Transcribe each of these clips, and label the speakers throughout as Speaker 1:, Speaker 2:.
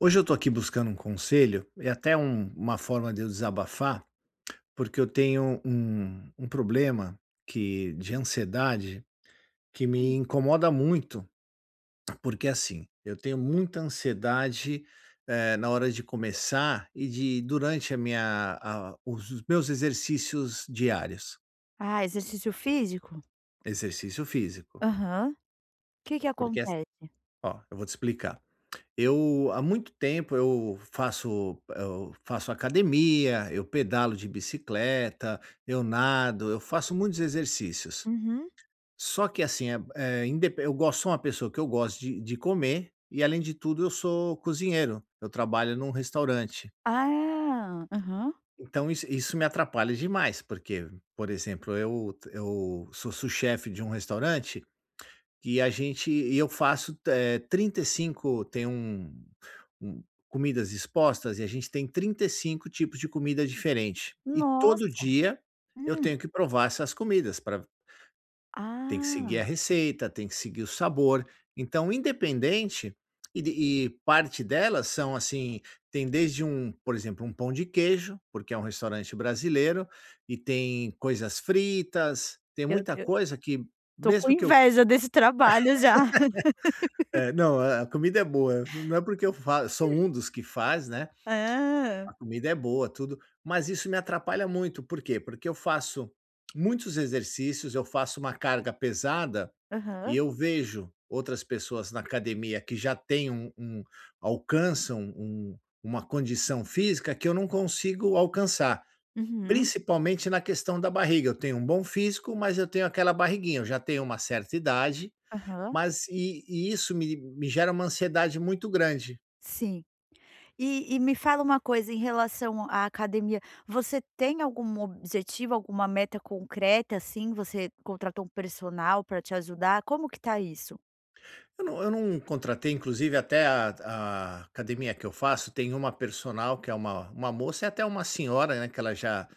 Speaker 1: Hoje eu estou aqui buscando um conselho e até uma forma de eu desabafar, porque eu tenho um problema que de ansiedade que me
Speaker 2: Hum.
Speaker 1: incomoda muito, porque assim, eu tenho muita ansiedade na hora de começar e de durante a minha, a- os meus exercícios diários,
Speaker 2: Ah, exercício físico?
Speaker 1: exercício físico.
Speaker 2: Aham. O Que que
Speaker 1: Porque,
Speaker 2: acontece?
Speaker 1: ó, eu vou te explicar. Eu há muito tempo eu faço academia, eu pedalo de bicicleta, eu nado, eu faço muitos exercícios.
Speaker 2: Uhum.
Speaker 1: Só que assim, é é indep eu gosto sou uma pessoa que eu gosto de comer, e além de tudo eu sou cozinheiro, eu trabalho num restaurante.
Speaker 2: Ah, aham.
Speaker 1: Então isso me atrapalha demais, porque, por exemplo, eu sou sous-chefe de um restaurante que a gente e eu faço, trinta e cinco, tem um comidas expostas, e a gente tem 35 tipos de comida diferente. E todo
Speaker 2: Nossa.
Speaker 1: dia eu
Speaker 2: Hum.
Speaker 1: tenho que provar essas comidas, para tem que seguir
Speaker 2: Ah,
Speaker 1: a receita, tem que seguir o sabor. Então independente, e de e parte delas são, assim, tem desde um, por exemplo, um pão de queijo, porque é um restaurante brasileiro, e tem coisas fritas, tem
Speaker 2: eu
Speaker 1: muita
Speaker 2: eu
Speaker 1: coisa que
Speaker 2: tô com
Speaker 1: mesmo que eu.
Speaker 2: inveja desse trabalho já.
Speaker 1: É, não, a comida é boa. Não é porque eu fa sou um dos que faz, né,
Speaker 2: Ah,
Speaker 1: a comida é boa, tudo, mas isso me atrapalha muito. Por quê? Porque eu faço muitos exercícios, eu faço uma carga pesada, e
Speaker 2: Aham.
Speaker 1: eu vejo outras pessoas na academia que já têm um um alcançam um uma condição física que eu não consigo alcançar,
Speaker 2: Uhum.
Speaker 1: principalmente na questão da barriga. Eu tenho um bom físico, mas eu tenho aquela barriguinha. Eu já tenho uma certa idade,
Speaker 2: Aham.
Speaker 1: mas e isso me gera uma ansiedade muito grande.
Speaker 2: Sim. E me fala uma coisa em relação à academia, você tem algum objetivo, alguma meta concreta, assim? Você contratou um personal para te ajudar? Como que tá isso?
Speaker 1: Eu não contratei. Inclusive, até a academia que eu faço tem uma personal que é uma moça e até uma senhora, né, que ela já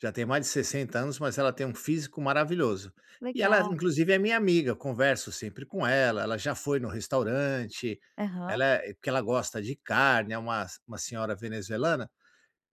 Speaker 1: já tem mais de 60 anos, mas ela tem um físico maravilhoso. E ela
Speaker 2: Legal.
Speaker 1: inclusive é minha amiga, eu converso sempre com ela, ela já foi no restaurante,
Speaker 2: Aham.
Speaker 1: ela é, porque ela gosta de carne, é uma senhora venezuelana.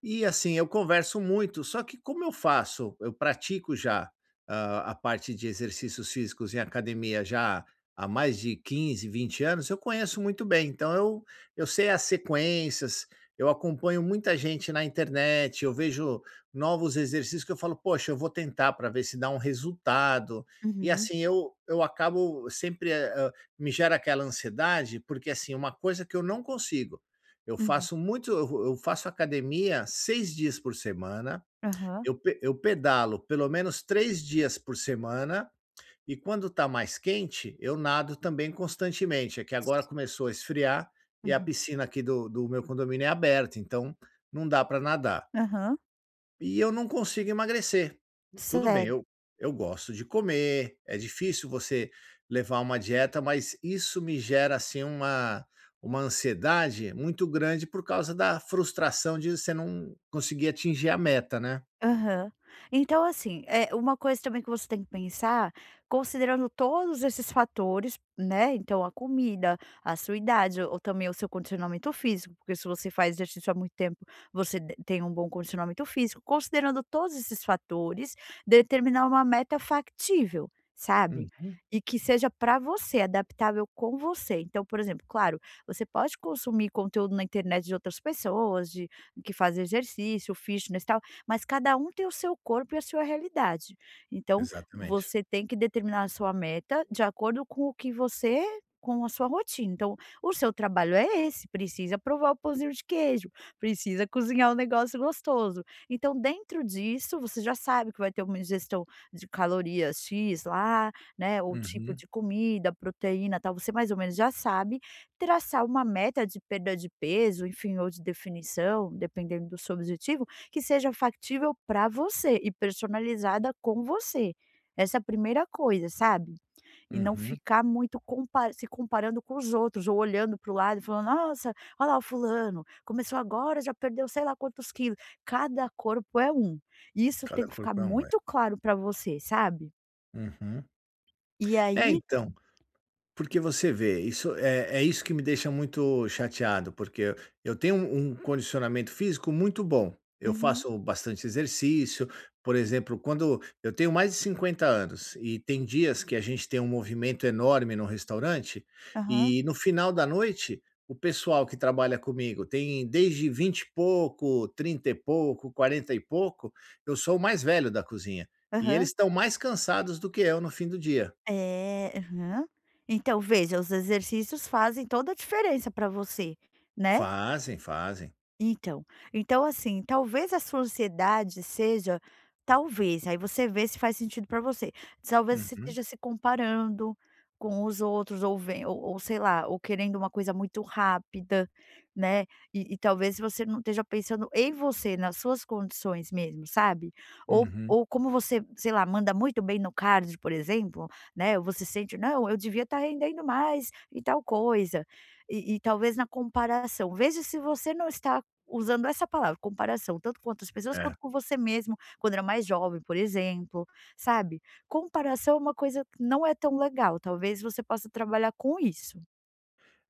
Speaker 1: E assim, eu converso muito, só que como eu faço, eu pratico já, a parte de exercícios físicos em academia já há mais de quinze, 20 anos, eu conheço muito bem. Então eu sei as sequências, eu acompanho muita gente na internet, eu vejo novos exercícios que eu falo: "Poxa, eu vou tentar para ver se dá um resultado". E
Speaker 2: Uhum.
Speaker 1: assim, eu acabo sempre, me gera aquela ansiedade, porque assim, uma coisa que eu não consigo. eu
Speaker 2: Uhum.
Speaker 1: faço muito eu eu faço academia 6 dias por semana,
Speaker 2: Aham.
Speaker 1: eu pedalo pelo menos 3 dias por semana, e quando está mais quente, eu nado também constantemente. É que agora começou a esfriar, e a
Speaker 2: Uhum.
Speaker 1: piscina aqui do meu condomínio é aberta, então não dá para nadar.
Speaker 2: Aham.
Speaker 1: E eu não consigo emagrecer. Tudo bem,
Speaker 2: Sério.
Speaker 1: eu gosto de comer, é difícil você levar uma dieta, mas isso me gera, assim, uma ansiedade muito grande por causa da frustração de você não conseguir atingir a meta, né.
Speaker 2: Aham. Então, assim, é uma coisa também que você tem que pensar, considerando todos esses fatores, né? Então, a comida, a sua idade, ou também o seu condicionamento físico, porque se você faz exercício há muito tempo, você tem um bom condicionamento físico. Considerando todos esses fatores, determinar uma meta factível, sabe?
Speaker 1: Uhum,
Speaker 2: E que seja para você, adaptável com você. Então, por exemplo, claro, você pode consumir conteúdo na internet de outras pessoas, de que fazem exercício, fitness, tal, mas cada um tem o seu corpo e a sua realidade. Então,
Speaker 1: exatamente.
Speaker 2: você tem que determinar a sua meta de acordo com o que você com a sua rotina. Então, o seu trabalho é esse, precisa provar o pãozinho de queijo, precisa cozinhar um negócio gostoso. Então, dentro disso, você já sabe que vai ter uma ingestão de calorias X lá, né, o tipo
Speaker 1: Uhum,
Speaker 2: de comida, proteína, tal, você mais ou menos já sabe traçar uma meta de perda de peso, enfim, ou de definição, dependendo do seu objetivo que seja factível para você e personalizada com você. Essa é a primeira coisa, sabe. E não
Speaker 1: uhum.
Speaker 2: ficar muito compa se comparando com os outros ou olhando para o lado e falando: "Nossa, olha lá o fulano, começou agora, já perdeu sei lá quantos quilos". Cada corpo é um. Isso tem
Speaker 1: Cada
Speaker 2: que ficar
Speaker 1: corpo é um, é.
Speaker 2: muito claro para você, sabe.
Speaker 1: Uhum.
Speaker 2: E
Speaker 1: É,
Speaker 2: aí
Speaker 1: então. Porque você vê, isso é isso que me deixa muito chateado, porque eu tenho um condicionamento físico muito bom. Eu
Speaker 2: uhum,
Speaker 1: faço bastante exercício, por exemplo, quando eu tenho mais de 50 anos, e tem dias que a gente tem um movimento enorme no restaurante,
Speaker 2: aham,
Speaker 1: e no final da noite, o pessoal que trabalha comigo tem desde 20 e pouco, 30 e pouco, 40 e pouco, eu sou o mais velho da cozinha, e eles
Speaker 2: aham.
Speaker 1: estão mais cansados do que eu no fim do dia.
Speaker 2: É, aham. Então veja, os exercícios fazem toda a diferença para você, né.
Speaker 1: Fazem, fazem.
Speaker 2: Então então assim, talvez a sua ansiedade seja talvez, aí você vê se faz sentido para você, talvez você
Speaker 1: Uhum,
Speaker 2: esteja se comparando com os outros ou ven ou sei lá, ou querendo uma coisa muito rápida, né, e talvez você não esteja pensando em você, nas suas condições mesmo, sabe.
Speaker 1: uhum.
Speaker 2: Ou como você, sei lá, manda muito bem no cardio, por exemplo, né, você sente: "Não, eu devia estar rendendo mais e tal coisa", e talvez na comparação, veja se você não está usando essa palavra, comparação, tanto com outras pessoas
Speaker 1: É.
Speaker 2: quanto com você mesmo, quando era mais jovem, por exemplo, sabe. Comparação é uma coisa que não é tão legal, talvez você possa trabalhar com isso.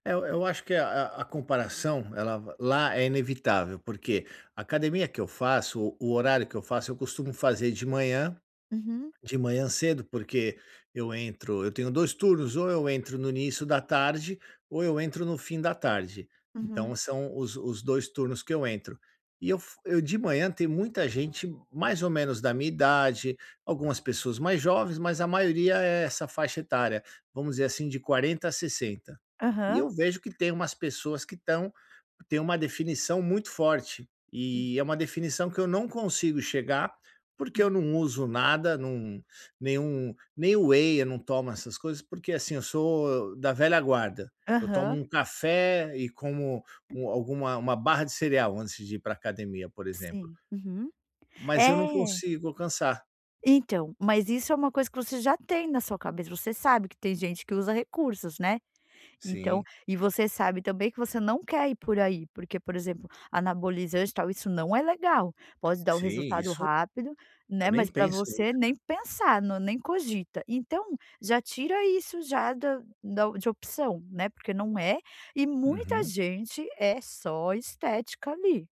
Speaker 1: É, eu acho que a comparação, ela lá é inevitável, porque a academia que eu faço, o horário que eu faço, eu costumo fazer de manhã.
Speaker 2: Uhum,
Speaker 1: De manhã cedo, porque eu tenho 2 turnos, ou eu entro no início da tarde, ou eu entro no fim da tarde.
Speaker 2: uhum.
Speaker 1: Então são os 2 turnos que eu entro. Eu de manhã tem muita gente mais ou menos da minha idade, algumas pessoas mais jovens, mas a maioria é essa faixa etária, vamos dizer assim, de 40 a 60. E
Speaker 2: Aham.
Speaker 1: eu vejo que tem umas pessoas que estão têm uma definição muito forte, e é uma definição que eu não consigo chegar, porque
Speaker 2: Uhum.
Speaker 1: eu não uso nada, não nenhum, nem whey, eu não tomo essas coisas, porque, assim, eu sou da velha guarda. Eu tomo
Speaker 2: Aham,
Speaker 1: um café e como um alguma uma barra de cereal antes de ir para academia, por exemplo.
Speaker 2: sim. Uhum.
Speaker 1: Mas eu não
Speaker 2: É,
Speaker 1: consigo alcançar.
Speaker 2: então, mas isso é uma coisa que você já tem na sua cabeça, você sabe que tem gente que usa recursos, né. Então
Speaker 1: Sim,
Speaker 2: e você sabe também que você não quer ir por aí, porque, por exemplo, anabolizante, e tal, isso não é legal. Pode dar o
Speaker 1: sim,
Speaker 2: resultado
Speaker 1: isso
Speaker 2: rápido, né,
Speaker 1: eu nem
Speaker 2: mas para
Speaker 1: penso
Speaker 2: você
Speaker 1: nisso.
Speaker 2: nem pensar, não nem cogita. Então, já tira isso já da de opção, né, porque não é e muita
Speaker 1: Uhum,
Speaker 2: gente é só estética ali.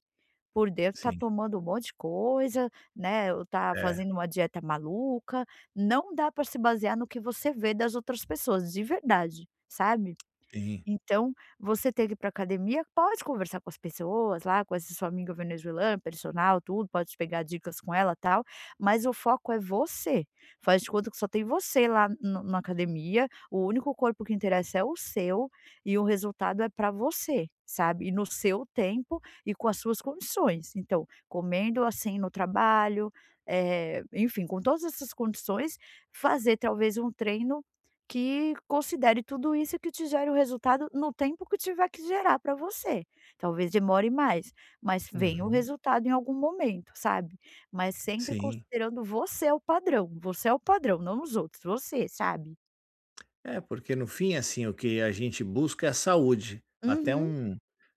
Speaker 2: Por dentro tá
Speaker 1: sim.
Speaker 2: tomando um monte de coisa, né, ou tá
Speaker 1: É,
Speaker 2: fazendo uma dieta maluca. Não dá para se basear no que você vê das outras pessoas, de verdade, sabe?
Speaker 1: sim.
Speaker 2: Então, você ter que ir para academia, pode conversar com as pessoas lá, com essa sua amiga venezuelana, personal, tudo, pode pegar dicas com ela, tal, mas o foco é você. Faz de conta que só tem você lá no na academia, o único corpo que interessa é o seu, e o resultado é para você, sabe, e no seu tempo e com as suas condições. Então, comendo assim no trabalho, enfim, com todas essas condições, fazer talvez um treino que considere tudo isso e que te gere o resultado no tempo que tiver que gerar para você. Talvez demore mais, mas venha o
Speaker 1: Uhum,
Speaker 2: resultado em algum momento, sabe. Mas sempre
Speaker 1: sim.
Speaker 2: considerando você é o padrão, você é o padrão, não os outros, você, sabe.
Speaker 1: É, porque no fim, assim, o que a gente busca é a saúde. Até
Speaker 2: Uhum,
Speaker 1: um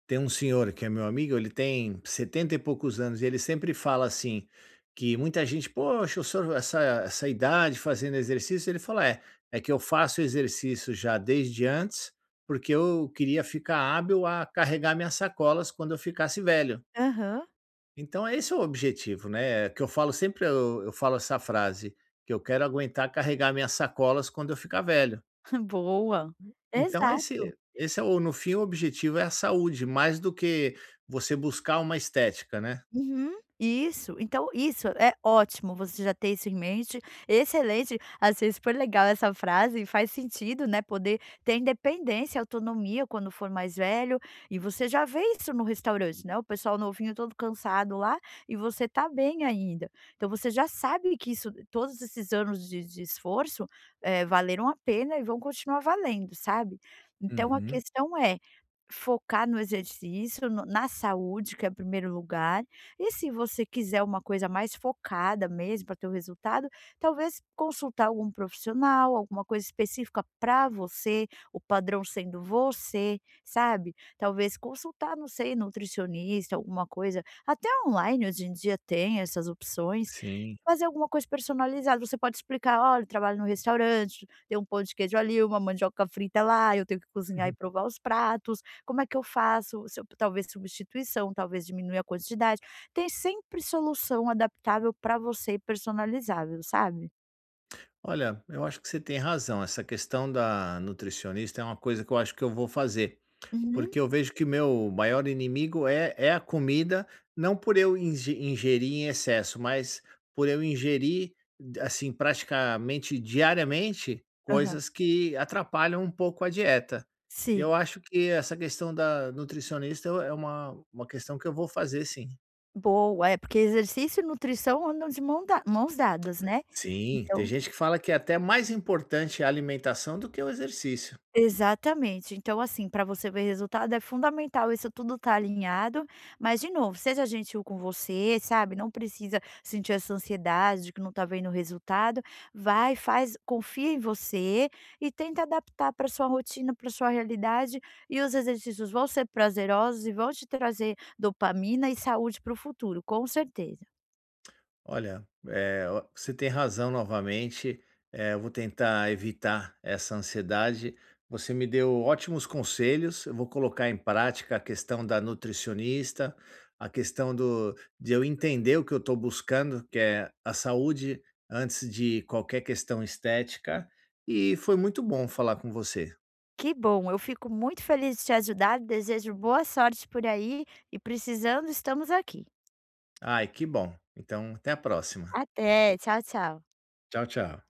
Speaker 1: Tem um senhor que é meu amigo, ele tem 70 e poucos anos, e ele sempre fala assim, que muita gente: "Poxa, o senhor, essa idade fazendo exercício", ele fala, é, é que eu faço exercício já desde antes, porque eu queria ficar hábil a carregar minhas sacolas quando eu ficasse velho.
Speaker 2: aham.
Speaker 1: Então, esse é o objetivo, né? É que eu falo sempre, eu falo essa frase, que eu quero aguentar carregar minhas sacolas quando eu ficar velho.
Speaker 2: Boa,
Speaker 1: Então,
Speaker 2: exato.
Speaker 1: esse esse é o no fim, o objetivo é a saúde, mais do que você buscar uma estética, né.
Speaker 2: Uhum, isso. Então isso é ótimo você já ter isso em mente, excelente, achei super legal essa frase e faz sentido, né, poder ter independência, autonomia quando for mais velho, e você já vê isso no restaurante, né, o pessoal novinho todo cansado lá, e você tá bem ainda. Então você já sabe que isso todos esses anos de esforço, valeram a pena e vão continuar valendo, sabe. Então a
Speaker 1: Uhum,
Speaker 2: questão é focar no exercício, no na saúde, que é o primeiro lugar, e se você quiser uma coisa mais focada mesmo para ter o resultado, talvez consultar algum profissional, alguma coisa específica para você, o padrão sendo você, sabe? Talvez consultar, não sei, nutricionista, alguma coisa. Até online hoje em dia tem essas opções.
Speaker 1: sim.
Speaker 2: Fazer alguma coisa personalizada, você pode explicar: "Olha, eu trabalho no restaurante, tem um pão de queijo ali, uma mandioca frita lá, eu tenho que cozinhar e
Speaker 1: Uhum.
Speaker 2: provar os pratos, como é que eu faço?" Se eu talvez substituição, talvez diminuir a quantidade. Tem sempre solução adaptável para você e personalizável, sabe?
Speaker 1: Olha, eu acho que você tem razão, essa questão da nutricionista é uma coisa que eu acho que eu vou fazer.
Speaker 2: Uhum.
Speaker 1: Porque eu vejo que o meu maior inimigo é a comida, não por eu ingerir em excesso, mas por eu ingerir, assim, praticamente diariamente,
Speaker 2: Aham.
Speaker 1: coisas que atrapalham um pouco a dieta. Eu
Speaker 2: Sim,
Speaker 1: acho que essa questão da nutricionista é uma questão que eu vou fazer, sim.
Speaker 2: boa. É, porque exercício e nutrição andam de mãos dadas, né.
Speaker 1: Sim, tem
Speaker 2: Então
Speaker 1: gente que fala que é até mais importante a alimentação do que o exercício.
Speaker 2: exatamente. Então, assim, para você ver resultado é fundamental isso tudo estar alinhado, mas de novo, seja gentil com você, sabe, não precisa sentir essa ansiedade de que não está vendo o resultado, vai, faz confia em você e tenta adaptar para sua rotina, para sua realidade e os exercícios vão ser prazerosos e vão te trazer dopamina e saúde para o futuro, com certeza.
Speaker 1: Olha, eh, o você tem razão novamente. Eu vou tentar evitar essa ansiedade. Você me deu ótimos conselhos, eu vou colocar em prática a questão da nutricionista, a questão do de eu entender o que eu estou buscando, que é a saúde antes de qualquer questão estética, e foi muito bom falar com você.
Speaker 2: Que bom, eu fico muito feliz de te ajudar, desejo boa sorte por aí e precisando, estamos aqui.
Speaker 1: Ai, que bom. Então, até a próxima.
Speaker 2: Até, tchau, tchau.
Speaker 1: Tchau, tchau.